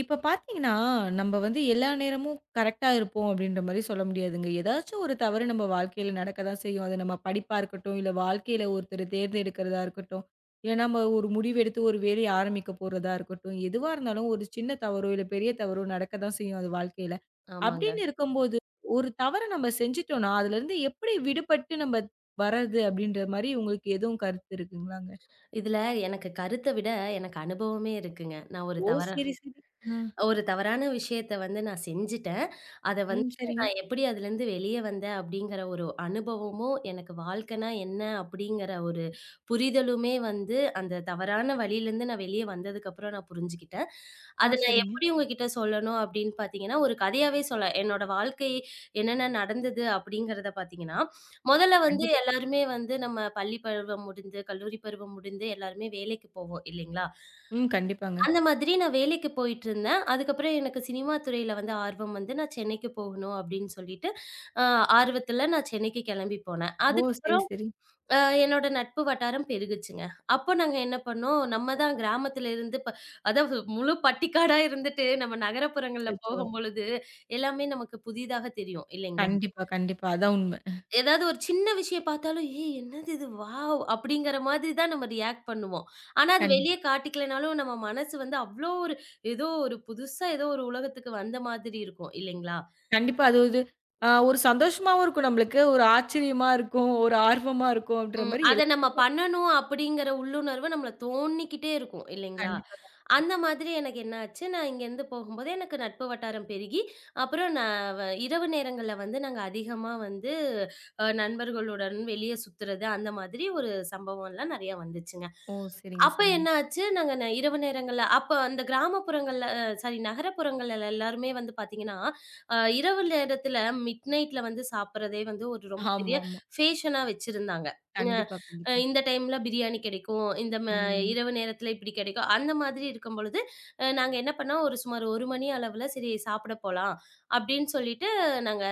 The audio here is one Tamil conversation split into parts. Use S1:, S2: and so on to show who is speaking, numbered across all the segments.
S1: இப்ப பார்த்தீங்கன்னா, நம்ம வந்து எல்லா நேரமும் கரெக்ட்டா இருப்போம் அப்படின்ற மாரி சொல்ல முடியாதுங்க. ஏதாச்சும் ஒரு தவறு நம்ம வாழ்க்கையில நடக்க தான் செய்யும். அது நம்ம படிப்பா இருக்கட்டும், இல்ல வாழ்க்கையில ஒருத்தர் தேர்ந்தெடுக்கிறதா இருக்கட்டும், இல்ல நம்ம ஒரு முடிவெடுத்து ஒரு வேலைய ஆரம்பிக்க போறதா இருக்கட்டும், எதுவா இருந்தாலும் ஒரு சின்ன தவறோ, இல்ல பெரிய தவறோ நடக்க தான் செய்யும் அது வாழ்க்கையில.
S2: ஆமாங்க.
S1: அப்படின்னு இருக்கும்போது, ஒரு தவற நம்ம செஞ்சுட்டோம்னா, அதுலருந்து எப்படி விடுபட்டு நம்ம வர்றது அப்படின்ற மாரி உங்களுக்கு எதுவும் கருத்து இருக்குங்களாங்க?
S2: இதுல எனக்கு கருத்த விட எனக்கு அனுபவமே இருக்குங்க. நான்
S1: ஓ! சரி, சரி. ஆ.
S2: ஒரு தவறான விஷயத்த வந்து நான் செஞ்சுட்டேன். அத வந்து
S1: ம். சரிங்க.
S2: நான் எப்படி அதுலருந்து வெளிய வந்தேன் அப்படிங்கிற ஒரு அனுபவமும், எனக்கு வாழ்க்கைனா என்ன அப்படிங்கிற ஒரு புரிதலுமே வந்து அந்த தவறான வழியிலருந்து நான் வெளிய வந்ததுக்கப்புறம் நான் புரிஞ்சுக்கிட்டேன். அத
S1: ஆ,
S2: நான்
S1: சரிங்க.
S2: எப்படி உங்ககிட்ட சொல்லணும் அப்படின்னு பார்த்தீங்கன்னா, ஒரு கதையாவே சொல்லலாம். என்னோட வாழ்க்கை என்னென்ன நடந்தது அப்படிங்கிறத பார்த்தீங்கன்னா, முதல்ல வந்து
S1: கண்டிப்பா.
S2: எல்லாருமே வந்து நம்ம பள்ளி பருவம் முடிந்து, கல்லூரி பருவம் முடிந்து எல்லாருமே வேலைக்கு போவோம் இல்லைங்களா?
S1: ம். கண்டிப்பாங்க.
S2: அந்த மாதிரி நான் வேலைக்கு போயிட்டுருந்தேன். அதுக்கப்புறம் எனக்கு சினிமா துறையில வந்து ஆர்வம் வந்து, நான் சென்னைக்கு போகணும் அப்படின்னு சொல்லிட்டு, அ ஆர்வத்தில நான் சென்னைக்கு கிளம்பி போனேன்.
S1: ஓ! சரி,
S2: அதுக்கப்புறம்
S1: சரி.
S2: அ என்னோட நட்பு வட்டாரம் பெருகுச்சுங்க. அப்போ நாங்க என்ன பண்ணோம், நம்ம தான் கிராமத்தில இருந்து அதாவது முழு பட்டிக்காடா இருந்துட்டு, நம்ம நகரப்புறங்கள்ல
S1: அச்சச்சோ!
S2: போகும்பொழுது, எல்லாமே நமக்கு புதிதாக தெரியும் இல்லைங்களா?
S1: கண்டிப்பா, கண்டிப்பா. அதான் உண்ம.
S2: ஏதாவது ஒரு சின்ன விஷயம் பார்த்தாலும், "ஏய் என்னது இது வாவ்!" அப்படிங்கிற மாதிரி தான் நம்ம ரியாக்ட் பண்ணுவோம். ஆனா அது வெளிய
S1: கண்டிப்பா.
S2: காட்டிக்கலனாலும் நம்ம மனசு வந்து அவ்ளோ ஒரு ஏதோ ஒரு புதுசா ஏதோ ஒரு உலகத்துக்கு வந்த மாதிரி இருக்கும் இல்லைங்களா?
S1: கண்டிப்பா. அது இது ஒரு சந்தோஷமாவும் இருக்கும் நம்மளுக்கு. ஒரு ஆச்சரியமா இருக்கும். ஒரு ஆர்வமா இருக்கும்ன்ற
S2: ம்.
S1: மாரி
S2: அத நம்ம பண்ணணும் அப்படிங்கிற உள்ளுணர்வு நம்மள தோணிக்கிட்டே இருக்கும் இல்லைங்களா?
S1: கண்டிப்பா.
S2: அந்த மாதிரி எனக்கு என்ன ஆச்சு, நான் இங்கேருந்து போகும்போது எனக்கு நட்பு வட்டாரம் பெருகி, அப்புறம் நான் வ இரவு நேரங்கள்ல வந்து நாங்க அதிகமா வந்து நண்பர்களுடன் வெளிய சுத்துறது, அந்த மாதிரி ஒரு சம்பவம்லாம் நெறையா வந்துச்சுங்க.
S1: ஓ! சரிங்க,
S2: அப்ப
S1: சரிங்க.
S2: என்ன ஆச்சு, நாங்க இரவு நேரங்கள்ல அப்ப அந்த கிராமப்புறங்கள்ல அ சாரி நகரப்புறங்கள்ல எல்லாருமே வந்து பார்த்தீங்கன்னா, இரவு நேரத்துல மிட் நைட்ல வந்து சாப்பிடுறதே வந்து ஒரு ரொம்ப பெரிய
S1: ஆமாமா.
S2: ஃபேஷனா வச்சிருந்தாங்க.
S1: கண்டிப்பா, கண்டிப்பா.
S2: இந்த டைம்ல பிரியாணி கிடைக்கும், இந்த ம
S1: ம்.
S2: இரவு நேரத்தில இப்படி கிடைக்கும். அந்த மாதிரி இருக்கும் பொழுது, நாங்க என்ன பண்ணோம், ஒரு சுமார் 1 மணி அளவுல சரி சாப்பிட போலாம் அப்படின்னு சொல்லிட்டு, நாங்க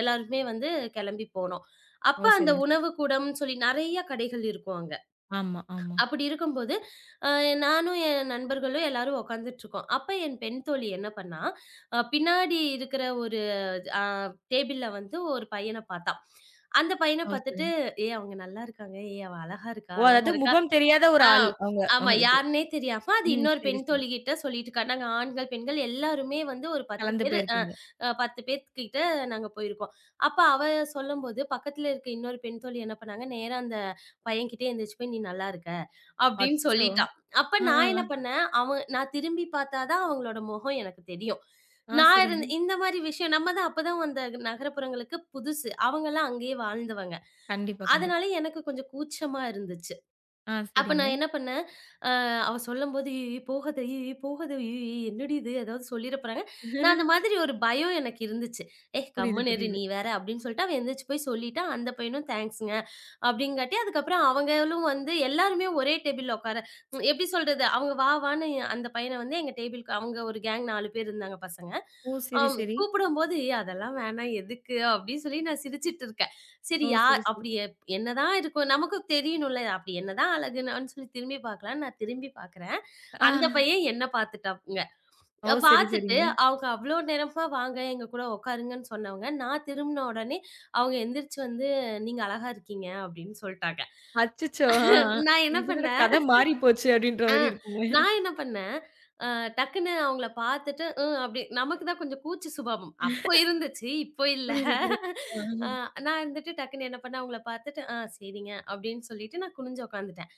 S2: எல்லாருமே வந்து கிளம்பி போனோம். அப்ப
S1: ஓ!
S2: அந்த
S1: சரிங்க, சரி.
S2: உணவு கூடம்னு சொல்லி நெறைய கடைகள் இருக்கும் அங்க.
S1: ஆமா, ஆமா.
S2: அப்படி இருக்கும்போது, அ நானும் என் நண்பர்களும் எல்லாரும் உட்காந்துட்டுருக்கோம். அப்ப என் பெண் தோழி என்ன பண்ணா, பின்னாடி இருக்கிற ஒரு அ டேபிள்ல வந்து ஒரு பையன பார்த்தா. அந்த பையன
S1: ஓ!
S2: பார்த்துட்டு,
S1: சரிங்க.
S2: "ஏய் அவங்க நல்லா இருக்காங்க. ஏய் அவ அழகா இருக்கா,
S1: ஓ!
S2: அழகா
S1: அதாவது
S2: இருக்கா."
S1: முகம் தெரியாத ஒரு
S2: ஆ.
S1: ஆள் அவங்க
S2: ஆமா.
S1: அவங்களுக்கு.
S2: யாருன்னே தெரியாம அது
S1: ம்.
S2: இன்னொரு
S1: சரி,
S2: பெண்
S1: சரி.
S2: தோழிகிட்ட சொல்லிட்டுருக்கா. நாங்க ஆண்கள், பெண்கள் எல்லாருமே வந்து ஒரு 10
S1: கலந்து
S2: பேரு அ
S1: போயிருக்கீங்க.
S2: அ 10 பேத்துக்கிட்ட நாங்க போயிருக்கோம். அப்ப அவ சொல்லும்போது, பக்கத்துல இருக்க இன்னொரு பெண் தோழி என்ன பண்ணாங்க, நேரா அந்த பையன்கிட்ட எந்திரிச்சு போய், "நீ நல்லா இருக்க" அப்படின்னு
S1: அச்சச்சோ!
S2: சொல்லிட்டா. அப்ப
S1: ஆ, ஆ,
S2: நான் என்ன பண்ணேன், அவ நான் திரும்பி பார்த்தா தான் அவங்களோட முகம் எனக்கு தெரியும்.
S1: ஆ.
S2: நான் இருந்
S1: சரிங்க.
S2: இந்த மாரி விஷயம் நம்ம தான் அப்ப தான் அந்த நகரப்புறங்களுக்கு புதுசு. அவங்கலாம் அங்கேயே வாழ்ந்தவங்க.
S1: கண்டிப்பா, கண்டிப்பா.
S2: அதனால எனக்கு கொஞ்சம் கூச்சமா இருந்துச்சு.
S1: ஆ
S2: அப்ப
S1: சரிங்க.
S2: நான் என்ன பண்ணேன், அ அவ சொல்லும்போது, "ஐயய்யோ! போகாத! ஐயய்யோ! போகாத! ஐயய்யோ! என்னடி இது? ஏதாவது சொல்லிற போறாங்க." நான் அந்த மாதிரி ஒரு பயம் எனக்கு இருந்துச்சு. "ஏய்
S1: புரியுது,
S2: கம்முனு இரு
S1: புரியுது.
S2: நீ வேற" அப்படின்னு சொல்லிட்டு அவன் எந்திரிச்சு போய் சொல்லிட்டா. அந்த பையனும் "தேங்க்ஸ்ங்க" அப்படிங்காட்டி, அதுக்கப்புறம் அவங்களும் வந்து எல்லாருமே ஒரே டேபிள்ல உட்கார எப்படி சொல்றது? அவங்க வான்னு அந்த பையன வந்து எங்க டேபிள்க்கு அவங்க ஒரு கேங் 4 பேர் இருந்தாங்க பசங்க.
S1: ஓ! சரி, சரி.
S2: கூப்பிடும்போது, "ஏய் அதெல்லாம் வேணாம் எதுக்கு?" அப்படின்னு சொல்லி நான் சிரிச்சுட்டு இருக்கேன். சரி
S1: ஓ!
S2: யா
S1: சரி, சரி.
S2: அப்படி என்னதான் இருக்கும் நமக்கு தெரியணும்ல. அப்படி என்னதான் அழகுனான்னு சொல்லி திரும்பி பார்க்கலான்னு நான் திரும்பி பார்க்குறேன்.
S1: ஆ.
S2: அந்த பையன் என்ன பார்த்துட்டாங்க.
S1: ஓ! சரி,
S2: பார்த்துட்டு
S1: சரிங்க.
S2: அவங்க அவ்வளோ நேரமா வாங்க எங்க கூட உட்காருங்கன்னு சொன்னவங்க, நான் திரும்புன உடனே அவங்க எந்திரிச்சு வந்து, "நீங்க அழகா இருக்கீங்க" அப்படின்னு சொல்ட்டாங்க.
S1: அச்சச்சோ! ஆ, ஆ.
S2: நான் என்ன
S1: இது என்னடா
S2: பண்ணேன்
S1: கதை மாறி போச்சு அப்படின்ற
S2: ஆ
S1: மாரி இருக்குமே.
S2: நான் என்ன பண்ணேன், அ டக்குன்னு அவங்கள பார்த்துட்டு, ம் அப்படி நமக்கு தான் கொஞ்சம் கூச்ச சுபாவம். அப்போ இருந்துச்சு, இப்போ இல்ல.
S1: புரியுது, புரியுது. ஆ,
S2: அ
S1: ஆ.
S2: நான் இருந்துட்டு டக்குன்னு என்ன பண்ணேன், அவங்கள பார்த்துட்டு, "ஆ சரிங்க" அப்படின்னு சொல்லிட்டு நான் குனிஞ்சு உட்காந்துட்டேன்.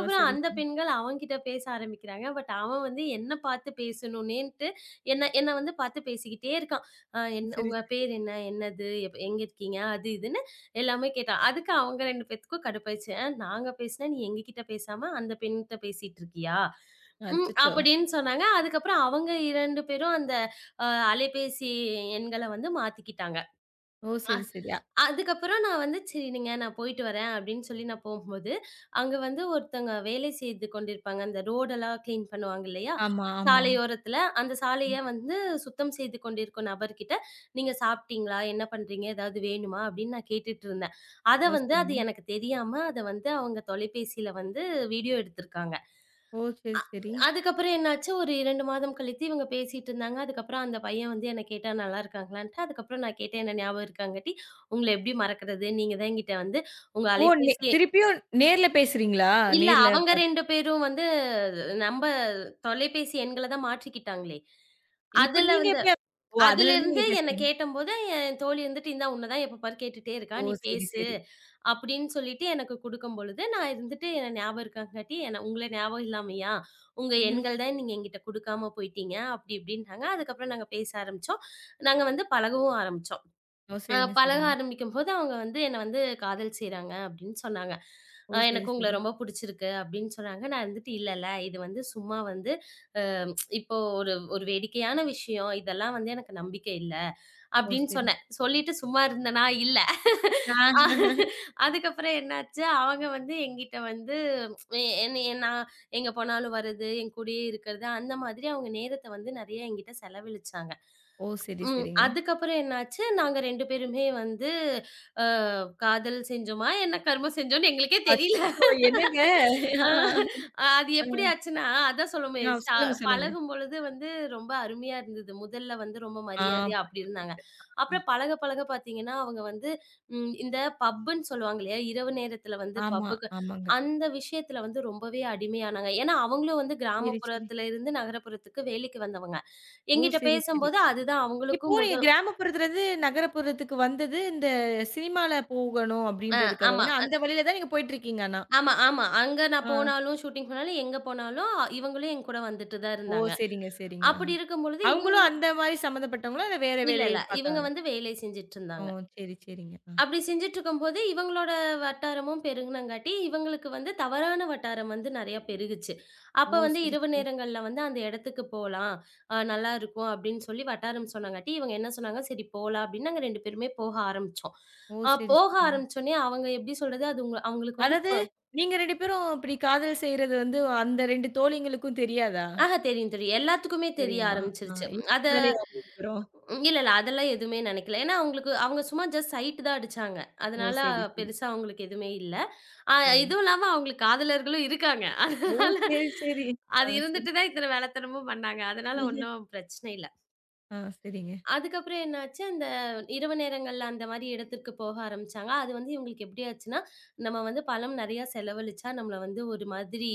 S1: ஓ! சரி,
S2: அந்த
S1: சரி.
S2: பெண்கள் அவன்கிட்ட பேச ஆரம்பிக்கிறாங்க. பட் அவன் வந்து என்ன பார்த்து பேசணும்னேன்ட்டு என்ன என்ன வந்து பார்த்து பேசிக்கிட்டே இருக்கான். என்ன
S1: சரி,
S2: "உங்க
S1: சரி.
S2: பேர் என்ன? என்னது? எங்க இருக்கீங்க?" அது இதுன்னு எல்லாமே கேட்டான். அதுக்கு அவங்க 2 பேத்துக்கும் கடுப்பாயிருச்சு. "அ நாங்க பேசினா நீ எங்ககிட்ட பேசாம அந்த பெண்கிட்ட பேசிட்டு இருக்கியா?" ம்
S1: அச்சச்சோ!
S2: அப்படின்னு சொன்னாங்க. அதுக்கப்புறம் அவங்க 2 பேரும் அந்த அ அலைபேசி எண்கள வந்து மாத்திக்கிட்டாங்க.
S1: ஓ! சரி, சரி.
S2: அதுக்கப்புறம் நான் வந்து, "சரிங்க நான் போயிட்டு வரேன்" அப்படின்னு சொல்லி நான் போகும்போது, அங்க வந்து ஒருத்தங்க வேலை செய்து கொண்டிருப்பாங்க. அந்த ரோடெல்லாம் கிளீன் பண்ணுவாங்க இல்லையா?
S1: ஆமா, ஆமா.
S2: சாலையோரத்தில, அந்த சாலைய
S1: ம்.
S2: வந்து சுத்தம் செய்து கொண்டிருக்கும் நபர்கிட்ட, "நீங்க சாப்பிட்டீங்களா? என்ன பண்றீங்க? ஏதாவது வேணுமா?" அப்படின்னு நான் கேட்டுட்டு இருந்தேன். அத
S1: ஓ!
S2: வந்து அது
S1: சரிங்க.
S2: எனக்கு தெரியாம, அத வந்து அவங்க தொலைபேசியில வந்து வீடியோ எடுத்திருக்காங்க.
S1: ஓ! சரி, சரி.
S2: அதுக்கப்புறம் என்னாச்சு, ஒரு 2 மாதம் கழித்து இவங்க பேசிட்டு இருந்தாங்க. அதுக்கப்புறம் அந்த பையன் வந்து என்ன கேட்டான், "நல்லா இருக்காங்களான்ட்டு." அதுக்கப்புறம் நான் கேட்டேன், என்ன ஞாபகம் இருக்காங்காட்டி, "உங்கள எப்படி மறக்கிறது? நீங்க தான் என்கிட்ட வந்து உங்க
S1: ஓ! நே
S2: அலைபேசியே"
S1: திருப்பியும் நேர்ல பேசுறீங்களா?
S2: இல்ல
S1: நேர்ல
S2: அவங்க
S1: பாத்து
S2: 2 பேரும் வந்து நம்ப தொலைபேசி எண்கள தான் மாற்றிக்கிட்டாங்களே.
S1: இப்ப
S2: அதுல
S1: நீங்க
S2: வந்து
S1: எப்படி ஓ! அதுலருந்து
S2: அதிலிருந்து
S1: நீங்க
S2: என்ன
S1: பேசுறீங்க.
S2: கேட்டம்போது, என் தோழி வந்துட்டு, "இந்தா உன்ன தான் எப்ப பாரு கேட்டுட்டே இருக்கா.
S1: ஓ!
S2: நீ
S1: சரி,
S2: பேசு"
S1: சரி.
S2: அப்படின்னு சொல்லிட்டு எனக்கு குடுக்கும் பொழுது, நான் இருந்துட்டு என்ன ஞாபகம் இருக்காங்காட்டி, என்ன "உங்கள ஞாபகம் இல்லாமயா? உங்க எண்கள் தான் நீங்க என்கிட்ட குடுக்காம போயிட்டீங்க" அப்படி இப்படின்ட்டாங்க. அதுக்கப்புறம் நாங்க பேச ஆரம்பிச்சோம். நாங்க வந்து பழகவும் ஆரம்பிச்சோம்.
S1: ஓ! சரிங்க,
S2: பழக
S1: சரிங்க.
S2: ஆரம்பிக்கும்போது, அவங்க வந்து என்ன வந்து காதல் செய்றாங்க அப்படின்னு சொன்னாங்க.
S1: ஓ! சரி,
S2: எனக்கு உங்கள
S1: சரி.
S2: ரொம்ப புடிச்சிருக்கு அப்படின்னு சொன்னாங்க. நான் இருந்துட்டு இல்லல்ல இது வந்து சும்மா வந்து அ இப்போ ஒரு ஒரு வேடிக்கையான விஷயம். இதெல்லாம் வந்து எனக்கு நம்பிக்கை இல்ல
S1: ஓ!
S2: அப்படின்னு
S1: சரி.
S2: சொன்னேன். சொல்லிட்டு சும்மா இருந்தேனா? இல்ல.
S1: ஆ.
S2: அதுக்கப்புறம் என்னாச்சு, அவங்க வந்து என்கிட்ட வந்து என்னைய நான் எங்க போனாலும் வர்றது, என் கூடயே இருக்கிறது, அந்த மாதிரி அவங்க நேரத்த வந்து நெறைய என்கிட்ட செலவழிச்சாங்க.
S1: ஓ! சரி,
S2: ம்.
S1: சரிங்க.
S2: அதுக்கப்புறம் என்னாச்சு, நாங்க 2 பேருமே வந்து அ காதல் செஞ்சோமா, என்ன கர்மம் செஞ்சோம்ன்னு எங்களுக்கே தெரியல.
S1: அச்சச்சோ! என்னங்க?
S2: அ
S1: ஆ,
S2: அது எப்படி
S1: ஆ.
S2: ஆச்சுன்னா, அதான் சொல்லுமே
S1: ஆ, சொல்லுங்க, சொல்லுங்க.
S2: பழகும்பொழுது வந்து ரொம்ப அருமையா இருந்தது. முதல்ல வந்து ரொம்ப
S1: ஆ
S2: மரியாதையா அப்படி
S1: புரியுது,
S2: இருந்தாங்க.
S1: புரியுது. ஆ, ஆ.
S2: அப்புறம் பழக பழக பார்த்தீங்கன்னா, அவங்க வந்து இந்த பப்புன்னு சொல்லுவாங்க இல்லையா, இரவு நேரத்தில வந்து
S1: ஆமா,
S2: பப்புக்கு
S1: ஆமாங்க.
S2: அந்த விஷயத்தில வந்து ரொம்பவே அடிமையானாங்க. ஏன்னா, அவங்களும் வந்து
S1: சரி, சரி.
S2: கிராமப்புறத்தில இருந்து நகரப்புறத்துக்கு வேலைக்கு வந்தவங்க.
S1: ஓ!
S2: என்கிட்ட
S1: சரி, சரி.
S2: பேசும்போது அதுதான்
S1: இப்போ
S2: அவங்களுக்கும்
S1: நீங்க கிராமப்புறத்துலருந்து நகரப்புறத்துக்கு வந்தது, இந்த சினிமால போகணும்
S2: ஆ, ஆமா.
S1: அப்படின்றதுக்காகதான? அந்த வழியில தான் நீங்க போயிட்டுருக்கீங்க ஆனா?
S2: ஆமா, ஆமா. அங்க நான்
S1: ஆ.
S2: போனாலும், ஷூட்டிங் போனாலும், எங்க போனாலும் இவங்களும் என் கூட வந்துட்டு தான்
S1: ஓ!
S2: இருந்தாங்க.
S1: சரிங்க, சரிங்க. ஆ.
S2: அப்படி இருக்கும்பொழுது
S1: அவங்களும்
S2: இவங்களும்
S1: அந்த மாரி சம்மந்தப்பட்டவங்களா? இல்ல வேற
S2: இல்ல,
S1: வேலை
S2: இல்ல. இவங்க
S1: பார்க்குறாங்க?
S2: வந்து வேலை
S1: ஓ!
S2: செஞ்சுட்டுருந்தாங்க.
S1: சரி, சரிங்க. ஆ.
S2: அப்படி செஞ்சுட்டுருக்கும்போது, இவங்களோட வட்டாரமும் பெருகுனங்காட்டி, இவங்களுக்கு வந்து தவறான வட்டாரம் வந்து நெறையா பெருகுச்சு.
S1: ஓ!
S2: அப்ப வந்து
S1: சரி,
S2: இரவு
S1: சரி.
S2: நேரங்கள்ல வந்து அந்த இடத்துக்கு போலாம். நல்லாருக்கும் அப்படின்னு சொல்லி வட்டாரம் சொன்னங்காட்டி, இவங்க என்ன சொன்னாங்க, "சரி போலாம்" அப்படின்னு நாங்க 2 பேருமே போக ஆரம்பிச்சோம்.
S1: ஓ! சரி,
S2: போக
S1: சரிங்க.
S2: ஆரம்பிச்சோனே அவங்க எப்படி சொல்றது, அது உங்க அவங்களுக்கு வந்து
S1: அதாவது, நீங்க 2 பேரும் இப்படி காதல் செய்றது வந்து, அந்த 2 தோழிங்களுக்கும் தெரியாதா?
S2: ஆஹா தெரியும், தெரியும். எல்லாத்துக்குமே தெரிய
S1: தெரியுமா? ஆ.
S2: ஆரம்பிச்சுருச்சு.
S1: எதுவும்
S2: அத
S1: சொல்லலையா 2 பேரும்?
S2: இல்ல, இல்ல. அதெல்லாம் எதுவுமே நெனைக்கல. ஏன்னா அவங்களுக்கு அவங்க சும்மா ஜஸ்ட் சைட் தான் அடிச்சாங்க.
S1: ஓ!
S2: அதனால
S1: சரி, சரி.
S2: பெருசா அவங்களுக்கு எதுவுமே இல்ல. அ
S1: சரிங்க.
S2: இதுவும் இல்லாம அவங்களுக்கு காதலர்களும் இருக்காங்க.
S1: ஓ!
S2: அதனால
S1: சரி, சரி. ஆ
S2: அது
S1: சரி.
S2: இருந்துட்டு தான் இத்தன வேலைத்தனமும் பண்ணாங்க. அதனால ஒண்ணும் பிரச்சனை இல்ல.
S1: ஆ சரிங்க.
S2: அதுக்கப்புறம் என்னாச்சு, அந்த இரவு நேரங்கள்ல அந்த மாரி இடத்திற்கு போக ஆரம்பிச்சாங்க. அது வந்து இவங்களுக்கு எப்படி ஆச்சுன்னா, நம்ம வந்து பணம் நெறையா செலவழிச்சா நம்மள வந்து ஒரு மாதிரி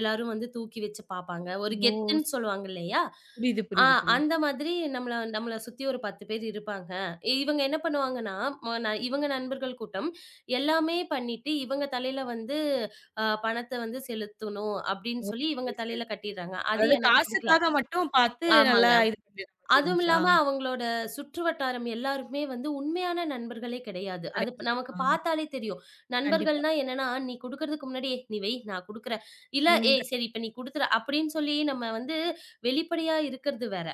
S2: எல்லாரும் வந்து தூக்கி வச்சு பார்ப்பாங்க. ஒரு
S1: ஓ!
S2: கெத்துன்னு சொல்லுவாங்க இல்லையா?
S1: புரியுது,
S2: ஆ
S1: புரியுது, புரியுது.
S2: அந்த மாதிரி நம்மள நம்மள சுத்தி ஒரு 10 பேர் இருப்பாங்க. இவங்க என்ன பண்ணுவாங்கன்னா, ம ந இவங்க நண்பர்கள் கூட்டம் எல்லாமே பண்ணிட்டு, இவங்க தலையில வந்து பணத்த வந்து செலுத்தணும் அப்படின்னு
S1: ஓ!
S2: சொல்லி இவங்க
S1: சரி, சரி.
S2: தலையில கட்டிர்றாங்க. அது
S1: அதாவது
S2: எனக்கு பிடிக்கல.
S1: காசுக்காக மட்டும் பார்த்து நல்லா
S2: ஆமாங்க.
S1: இது பண்ற மாரி
S2: அதுவும்
S1: இருந்துச்சா?
S2: இல்லாம அவங்களோட சுற்று வட்டாரம் எல்லாருமே வந்து உண்மையான நண்பர்களே கிடையாது.
S1: கடை
S2: அது நமக்கு
S1: ஆ
S2: பார்த்தாலே தெரியும்.
S1: கண்டிப்பா.
S2: நண்பர்கள்னா என்னன்னா, "நீ குடுக்கறதுக்கு முன்னாடி, ஏய் நீ வை நான் குடுக்குறேன். இல்ல
S1: ம், க
S2: ஏய் சரி இப்ப நீ குடுத்துரு" அப்படின்னு சொல்லி நம்ம வந்து வெளிப்படையா இருக்கிறது வேற.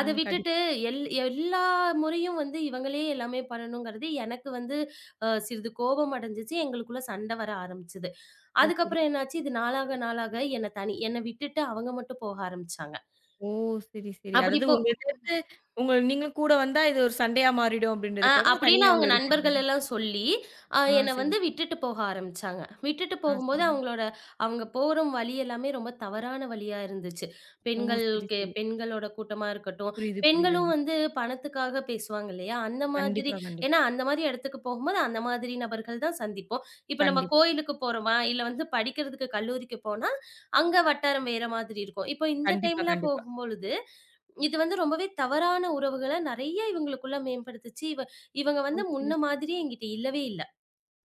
S2: அத
S1: ம்.
S2: விட்டுட்டு
S1: கண்டிப்பா.
S2: எல்லா முறையும் வந்து இவங்களே எல்லாமே பண்ணணுங்கிறது எனக்கு வந்து சிறிது கோபம் அடைஞ்சுச்சு. எங்களுக்குள்ள சண்டை வர ஆரம்பிச்சது.
S1: ஓ! சரி.
S2: அதுக்கப்புறம் என்னாச்சு, இது நாளாக நாளாக என்ன தனி என்ன விட்டுட்டு அவங்க மட்டும் போக ஆரம்பிச்சாங்க.
S1: ஓ! சரி, சரி.
S2: அப்படி
S1: அதாவது உங்கள்ட்ட இருந்து உங்க நீங்களும் கூட வந்தா இது ஒரு சண்டையா மாறிடும் அப்படின்றதுக்காக
S2: அப்படின்னு
S1: தனியா
S2: அவங்க
S1: உங்கள விட்டுட்டு
S2: நண்பர்கள்
S1: போயிடும்.
S2: எல்லாம் சொல்லி,
S1: ஆ
S2: என்ன
S1: சரி,
S2: வந்து
S1: சரி.
S2: விட்டுட்டு போக ஆரம்பிச்சாங்க. விட்டுட்டு
S1: ஆ
S2: போகும்போது
S1: சரிங்க.
S2: அவங்களோட அவங்க போற வழி எல்லாமே ரொம்ப தவறான வழியா இருந்துச்சு.
S1: ஓ! சரி,
S2: பெண்கள்க்கு
S1: சரி.
S2: பெண்களோட கூட்டமா இருக்கட்டும்,
S1: புரியுது,
S2: பெண்களும்
S1: புரியுதுங்க.
S2: வந்து பணத்துக்காக பேசுவாங்க இல்லையா? அந்த மாதிரி
S1: கண்டிப்பா, கண்டிப்பா.
S2: ஏன்னா அந்த மாதிரி இடத்துக்கு போகும்போது அந்த மாதிரி நபர்கள் தான் சந்திப்போம். இப்ப நம்ம
S1: கண்டிப்பா.
S2: கோயிலுக்கு போறோமா, இல்ல வந்து படிக்கிறதுக்கு கல்லூரிக்கு போனா, அங்க வட்டாரம் வேற மாதிரி இருக்கும். இப்போ இந்த
S1: கண்டிப்பா,
S2: டைம்ல
S1: கண்டிப்பா.
S2: போகும்பொழுது, இது வந்து ரொம்பவே தவறான உறவுகள நெறைய இவங்களுக்குள்ள மேம்படுத்துச்சு. இவங்க
S1: ஓ!
S2: வந்து
S1: சரி,
S2: முன்ன
S1: சரி.
S2: மாதிரி என்கிட்ட இல்லவே இல்ல.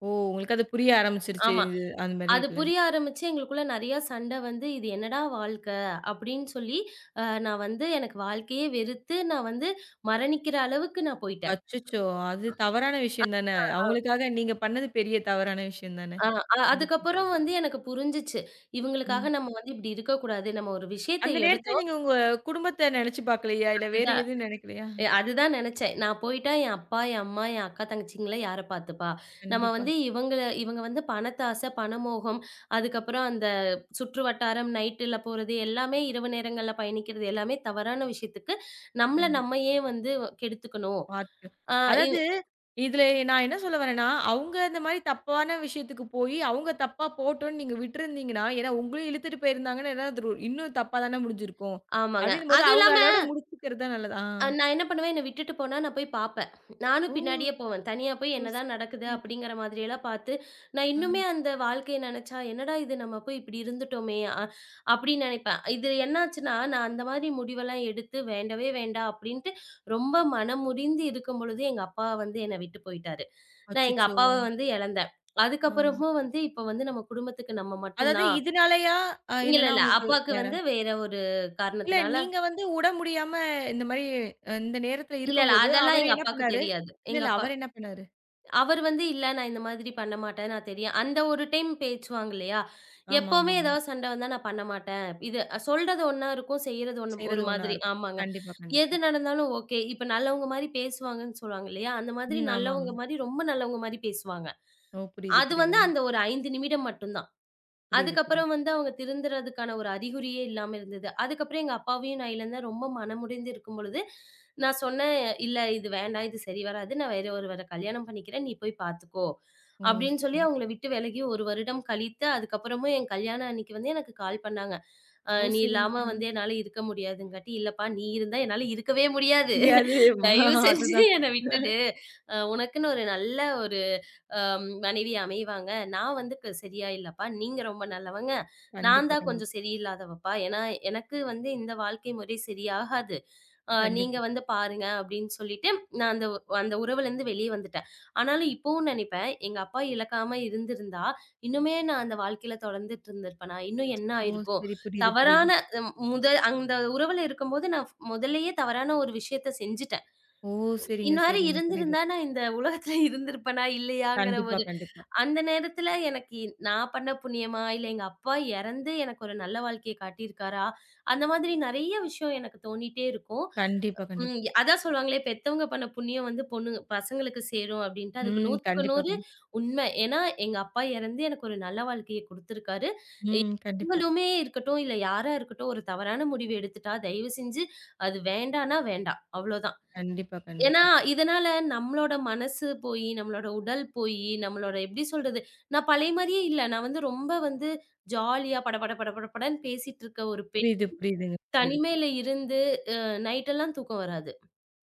S1: ஓ! உங்களுக்கு அது புரிய ஆரம்பிச்சுருச்சு.
S2: ஆமா.
S1: இது அந்த மாரி
S2: அது
S1: இல்லன்னு.
S2: புரிய ஆரம்பிச்சு எங்களுக்குள்ள நெறையா சண்ட வந்து, "இது என்னடா வாழ்க்கை?" அப்படின்னு சொல்லி, நான் வந்து எனக்கு வாழ்க்கையே வெறுத்து, நான் வந்து மரணிக்கிற அளவுக்கு நான் போயிட்டேன்.
S1: அச்சச்சோ! அது தவறான விஷயம் தானே. அவங்களுக்காக நீங்க பண்ணது பெரிய தவறான விஷயம் தானே.
S2: அ அ
S1: கண்டிப்பா.
S2: அதுக்கப்புறம் வந்து எனக்கு புரிஞ்சுச்சு.
S1: ம்.
S2: இவங்களுக்காக நம்ம வந்து இப்படி இருக்கக்கூடாது. நம்ம ஒரு விஷயத்த
S1: அந்த நேரத்துல
S2: எடுத்தோம்.
S1: நீங்க உங்க குடும்பத்த நெனச்சு பாக்கலையா? இல்ல வேற
S2: அதுதான்
S1: எதுவும் நெனைக்கலையா?
S2: அதுதான் நெனச்சேன். நான் போயிட்டா என் அப்பா, என் அம்மா, என் அக்கா, தங்கச்சிங்கள யார பார்த்துப்பா? நம்ம
S1: கண்டிப்பா,
S2: வந்து இவங்க வந்து பணத்த ஆசை, பணமோகம், அதுக்கப்புறம் அந்த சுற்று வட்டாரம், நைட்டுல போறது எல்லாமே இரவு நேரங்கள்ல பயணிக்கிறது எல்லாமே தவறான விஷயத்துக்கு, நம்மள
S1: கண்டிப்பா.
S2: நம்ம ஏன் வந்து கெடுத்துக்கணும்?
S1: பாத்து
S2: ஆ இ
S1: அதாவது இதுல நான் என்ன சொல்ல வரேன்னா, அவங்க இந்த மாரி தப்பான விஷயத்துக்கு போயி, அவங்க தப்பா போட்டோம்ன்னு நீங்க விட்டுருந்தீங்கன்னா, ஏன்னா உங்களையும் இழுத்துட்டு போயிருந்தாங்கன்னா, ஏதாவது ஒரு இன்னும் தப்பா தானே முடிஞ்சிருக்கும்.
S2: ஆமாங்க.
S1: அப்டின்னும்போது
S2: அதுவும்
S1: அவங்கள
S2: இல்லாம
S1: அதோட முடிச்சுக்கிறது தான் நல்லது. ஆ.
S2: நான் என்ன பண்ணுவேன், என்ன விட்டுட்டு போனா நான் போய் பார்ப்பேன். நானும்
S1: ஓ!
S2: பின்னாடியே போவேன். தனியா போய்
S1: ஓ! சரி.
S2: என்னதான் நடக்குது
S1: சரிங்க.
S2: அப்படிங்கிற மாதிரியெல்லாம் பார்த்து, நான்
S1: ஆ.
S2: இன்னுமே அந்த வாழ்க்கைய நெனச்சா, என்னடா இது நம்ம போய் இப்படி இருந்துட்டோமே! அப்படின்னு நெனைப்பேன். இது என்னாச்சுன்னா, நான் அந்த மாதிரி முடிவெல்லாம் எடுத்து வேண்டவே வேண்டாம் அப்படின்ட்டு ரொம்ப மனம் முறிந்து இருக்கும் பொழுது, எங்க அப்பா வந்து என்ன விட்டு போயிட்டாரு. நான் எங்க
S1: அச்சச்சோ!
S2: அப்பாவ வந்து இழந்தேன்.
S1: ஆ.
S2: அதுக்கப்புறமும் வந்து இப்ப வந்து நம்ம குடும்பத்துக்கு நம்ம மட்டும்
S1: அதாவது
S2: தான்.
S1: இதனாலயா?
S2: இல்ல,
S1: இல்லன்னா
S2: இல்ல.
S1: உங்களுக்கு
S2: அப்பாக்கு
S1: வேற?
S2: வந்து வேற ஒரு
S1: இல்ல
S2: காரணத்தினால
S1: நீங்க வந்து உட முடியாம இந்த மாரி இந்த நேரத்துல
S2: இல்ல, இல்ல.
S1: இருக்கும்போது,
S2: அதெல்லாம்
S1: அவரு
S2: எங்க
S1: என்ன
S2: அப்பாக்கு
S1: பண்ணாரு?
S2: தெரியாது.
S1: இல்ல,
S2: எங்க
S1: இல்ல
S2: அப்பா
S1: அவரு என்ன பண்ணாரு?
S2: அவர் வந்து, "இல்ல நான் இந்த மாதிரி பண்ண மாட்டேன். நான் தெரியும்." அந்த ஒரு டைம் பேச்சுவாங்க இல்லையா? எப்பவுமே
S1: ஆமாமாமா.
S2: ஏதாவது சண்டை வந்தா, "நான் பண்ண மாட்டேன்." இது சொல்றது ஒண்ணா இருக்கும், செய்றது ஒண்ணு ஒரு
S1: செய்றது ஒண்ணா
S2: மாதிரி.
S1: இருக்கும்.
S2: ஆமாங்க.
S1: கண்டிப்பா, கண்டிப்பா.
S2: எது நடந்தாலும் ஓகே. இப்ப நல்லவங்க மாரி பேசுவாங்கன்னு சொல்லுவாங்க இல்லையா? அந்த மாதிரி
S1: ம்.
S2: நல்லவங்க
S1: ஆமாமா.
S2: மாரி, ரொம்ப நல்லவங்க மாரி பேசுவாங்க.
S1: ஓ! புரியுது,
S2: அது வந்து
S1: புரியுதுங்க.
S2: அந்த ஒரு 5 நிமிடம் மட்டும் தான்.
S1: புரியுது,
S2: அதுக்கப்புறம்
S1: புரியுது.
S2: வந்து அவங்க திருந்துறதுக்கான ஒரு அறிகுறியே இல்லாம இருந்தது. அதுக்கப்புறம் எங்க அப்பாவையும் நான் இழந்தேன். ரொம்ப மனமுடைந்து இருக்கும் பொழுது, நான் சொன்னேன், "இல்ல இது வேண்டாம். இது சரி வராது. நான் வேற ஒருவர கல்யாணம் பண்ணிக்கிறேன். நீ போய் பார்த்துக்கோ."
S1: ஓ!
S2: அப்படின்னு சொல்லி
S1: சரிங்க.
S2: அவங்கள விட்டு விலகி 1 வருடம் கழித்து, அதுக்கப்புறமும் என் கல்யாணம் அன்னைக்கு வந்து எனக்கு கால் பண்ணாங்க. "அ
S1: ஓ!
S2: நீ
S1: சரிங்க,
S2: இல்லாம வந்து
S1: சரிங்க.
S2: என்னால இருக்க முடியாதுங்காட்டி, இல்லப்பா நீ இருந்தா என்னால இருக்கவே முடியாது.
S1: முடியாது.
S2: தயவு செஞ்சு
S1: அதுதான்.
S2: என்ன விட்டுடு. உனக்குன்னு ஒரு நல்ல மனைவி அமைவாங்க. நான் வந்து சரியா இல்லப்பா. நீங்க ரொம்ப நல்லவங்க. நான்
S1: கண்டிப்பா,
S2: தான்
S1: கண்டிப்பா.
S2: கொஞ்சம் சரியில்லாதவப்பா. ஏன்னா, எனக்கு வந்து இந்த வாழ்க்கை முறை சரியாகாது. நீங்க
S1: கண்டிப்பா.
S2: வந்து பாருங்க அப்படின்னு சொல்லிட்டு, நான் அந்த அந்த உறவுலேருந்து வெளிய வந்துட்டேன். ஆனாலும் இப்பவும் நெனைப்பேன், எங்க அப்பா இழக்காம இருந்திருந்தா, இன்னுமே நான் அந்த வாழ்க்கையில தொடர்ந்துட்டு இருந்திருப்பேனா? இன்னும் என்ன
S1: ஓ!
S2: ஆயிருக்கும்?
S1: சரி. புரியுது,
S2: தவறான
S1: புரியுது.
S2: அ முதல் அந்த உறவுல இருக்கும்போது நான் முதல்லயே தவறான ஒரு விஷயத்த செஞ்சுட்டேன்.
S1: ஓ! சரிங்க,
S2: இந்நேரம்
S1: சரிங்க. புரியுது.
S2: இருந்திருந்தா, நான் இந்த உலகத்துல இருந்திருப்பனா? இல்லையாங்கிற
S1: கண்டிப்பா,
S2: ஒரு
S1: கண்டிப்பா.
S2: அந்த நேரத்துல எனக்கு நான் பண்ண புண்ணியமா? இல்ல எங்க அப்பா இறந்து எனக்கு ஒரு நல்ல வாழ்க்கைய காட்டியிருக்காரா? அந்த மாதிரி நெறைய விஷயம் எனக்கு தோணிட்டே இருக்கும்.
S1: கண்டிப்பா, கண்டிப்பா.
S2: அதான் சொல்லுவாங்களே, பெத்தவங்க பண்ண புண்ணியம் வந்து பொண்ணுங்க பசங்களுக்கு சேரும் அப்டின்ட்டு. அதுக்கு
S1: ம்.
S2: 100க்கு
S1: கண்டிப்பா,
S2: 100
S1: கண்டிப்பா.
S2: உண்மை. ஏன்னா, எங்க அப்பா இறந்து எனக்கு ஒரு நல்ல வாழ்க்கைய குடுத்துருக்காரு. இ
S1: ம். கண்டிப்பா.
S2: இவங்களுமே இருக்கட்டும், இல்ல யாரா இருக்கட்டும், ஒரு தவறான முடிவு எடுத்துட்டா, தயவு செஞ்சு அது வேண்டான்னா வேண்டாம். அவ்ளோதான்.
S1: கண்டிப்பா,
S2: ஏன்னா,
S1: கண்டிப்பா.
S2: இதனால நம்மளோட மனசு போயி, நம்மளோட உடல் போயி, நம்மளோட எப்படி சொல்றது? நான் பழைய மாரியே இல்ல. நான் வந்து ரொம்ப வந்து ஜாலியா படபட படபடன்னு பேசிட்டு இருக்க ஒரு பெண்.
S1: புரியுது, புரியுதுங்க. புரியுது, புரியுது.
S2: தனிமையில இருந்து அ நைட்டெல்லாம் தூக்கம் வராது.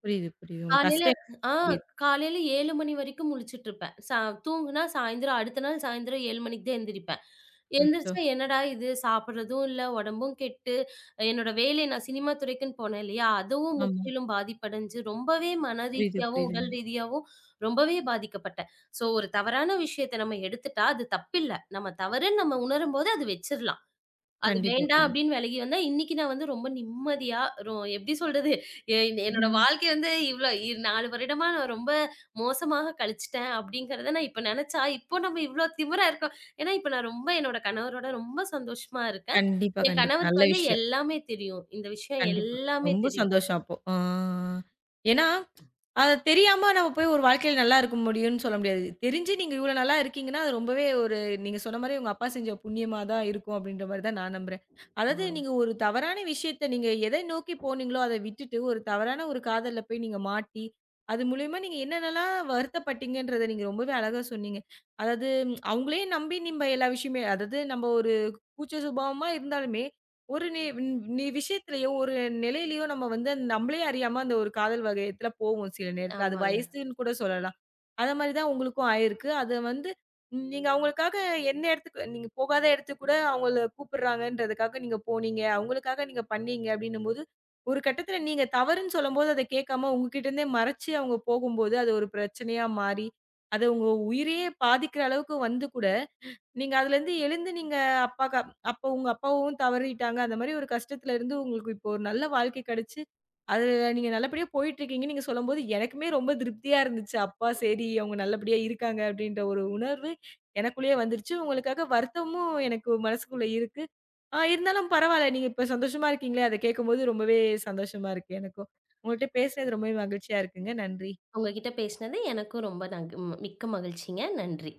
S1: புரியுது, புரியுது. உங்க
S2: காலையில
S1: கஷ்டம்
S2: ஆ
S1: புரியுது.
S2: காலையில 7 மணி வரைக்கும் முழிச்சுட்டு இருப்பேன். தூங்குனா அடுத்த நாள் சாயந்தரம் 7 மணிக்கு தான் எந்திரிப்பேன்.
S1: அச்சோ!
S2: எந்திரிச்சா என்னடா இது! சாப்பிடுறதும் இல்ல, உடம்பும் கெட்டு, என்னோட வேலை நான் சினிமா துறைக்குன்னு போனேன் இல்லையா? அதுவும்
S1: ஆமா.
S2: முற்றிலும் பாதிப்படைஞ்சு, ரொம்பவே மன
S1: புரியுது,
S2: ரீதியாவும்,
S1: புரியுதுங்க.
S2: உடல் ரீதியாவும் ரொம்பவே பாதிக்கப்பட்டேன். ஸோ ஒரு தவறான விஷயத்த நம்ம எடுத்துட்டா, அது தப்பில்ல. நம்ம தவறுன்னு நம்ம உணரும்போது அது வச்சிரலாம். அது
S1: கண்டிப்பா,
S2: வேண்டாம்
S1: கண்டிப்பா.
S2: அப்படின்னு விலகி வந்தா, இன்னைக்கு நான் வந்து ரொம்ப நிம்மதியா எப்படி சொல்றது? எ என்னோட
S1: ம்.
S2: வாழ்க்கை வந்து இவ்ளோ 4 வருடமா நான் ரொம்ப மோசமாக கழிச்சுட்டேன் அப்படிங்கிறத நான் இப்ப நெனச்சா, இப்போ நம்ம இவ்ளோ திமிரா இருக்கோம். ஏன்னா இப்ப நான் ரொம்ப என்னோட கணவரோட ரொம்ப சந்தோஷமா இருக்கேன்.
S1: கண்டிப்பா,
S2: என்
S1: கண்டிப்பா.
S2: கணவருக்கு
S1: நல்ல
S2: வந்து
S1: விஷயம்.
S2: எல்லாமே தெரியும். இந்த விஷயம்
S1: கண்டிப்பா.
S2: எல்லாமே
S1: ரொம்ப
S2: தெரியும்.
S1: சந்தோஷம் அப்போ. ஆ. ஏன்னா, அது தெரியாம நம்ம போய் ஒரு வாழ்க்கையில நல்லா இருக்க முடியும்னு சொல்ல முடியாது. தெரிஞ்சு நீங்க இவ்வளோ நல்லா இருக்கீங்கன்னா, அது ரொம்பவே ஒரு நீங்க சொன்ன மாரி உங்க அப்பா செஞ்ச புண்ணியமா தான் இருக்கும் அப்படின்ற மாரி தான் நான் நம்புறேன். அதாவது
S2: ஆமா.
S1: நீங்க ஒரு தவறான விஷயத்த நீங்க எதை நோக்கி போனீங்களோ, அத விட்டுட்டு ஒரு தவறான ஒரு காதல்ல போய் நீங்க மாட்டி, அது மூலியமா நீங்க என்னென்னலாம் வருத்தப்பட்டீங்கன்றத நீங்க ரொம்பவே அழகா சொன்னீங்க. அதாவது ம், அவங்களையும் நம்பி நம்ப எல்லா விஷயமே அதாவது நம்ம ஒரு கூச்ச சுபாவமா இருந்தாலுமே, ஒரு நி நி விஷயத்திலயோ, ஒரு நிலையிலயோ நம்ம வந்து நம்மளே அறியாம அந்த ஒரு காதல் வகையத்துல போவோம் சில நேரத்துல. அது
S2: ஆமாங்க.
S1: வயசுன்னு கூட சொல்லலாம். அத மாரி தான் உங்களுக்கும் ஆயிருக்கு. அத வந்து நீங்க அவங்களுக்காக எந்த இடத்துக்கு நீங்க போகாத இடத்துக்கு கூட அவங்கள கூப்பிடுறாங்கன்றதுக்காக நீங்க போனீங்க. அவங்களுக்காக நீங்க பண்ணீங்க அப்டின்னும்போது, ஒரு கட்டத்துல நீங்க தவறுன்னு சொல்லும்போது அத கேட்காம உங்ககிட்ட இருந்தே மறைச்சு அவங்க போகும்போது, அது ஒரு பிரச்சனையா மாறி, அது உங்க உயிரையே பாதிக்கிற அளவுக்கு வந்து கூட நீங்க அதுலேருந்து எழுந்து நீங்க அப்பாக்கு அப்ப உங்க அப்பாவும் தவறிட்டாங்க. அந்த மாரி ஒரு கஷ்டத்துல இருந்து உங்களுக்கு இப்போ ஒரு நல்ல வாழ்க்கை கிடைச்சு, அதுல நீங்க நல்லபடியா போயிட்டுருக்கீங்கன்னு நீங்க சொல்லும்போது, எனக்குமே ரொம்ப திருப்தியா இருந்துச்சு. அப்பா சரி அவங்க நல்லபடியா இருக்காங்க அப்படின்ற ஒரு உணர்வு எனக்குள்ளேயே வந்துருச்சு. உங்களுக்காக வருத்தமும் எனக்கு மனசுக்குள்ள இருக்கு. ஆ இருந்தாலும் பரவால்ல. நீங்க இப்ப சந்தோஷமா இருக்கீங்களே, அத கேட்கும்போது ரொம்பவே சந்தோஷமா இருக்கு எனக்கும். உங்கள்ட்ட பேசுனது ரொம்பவே மகிழ்ச்சியா இருக்குங்க. நன்றி.
S2: உங்ககிட்ட பேசினது எனக்கும் ரொம்ப மிக்க மகிழ்ச்சிங்க. நன்றி.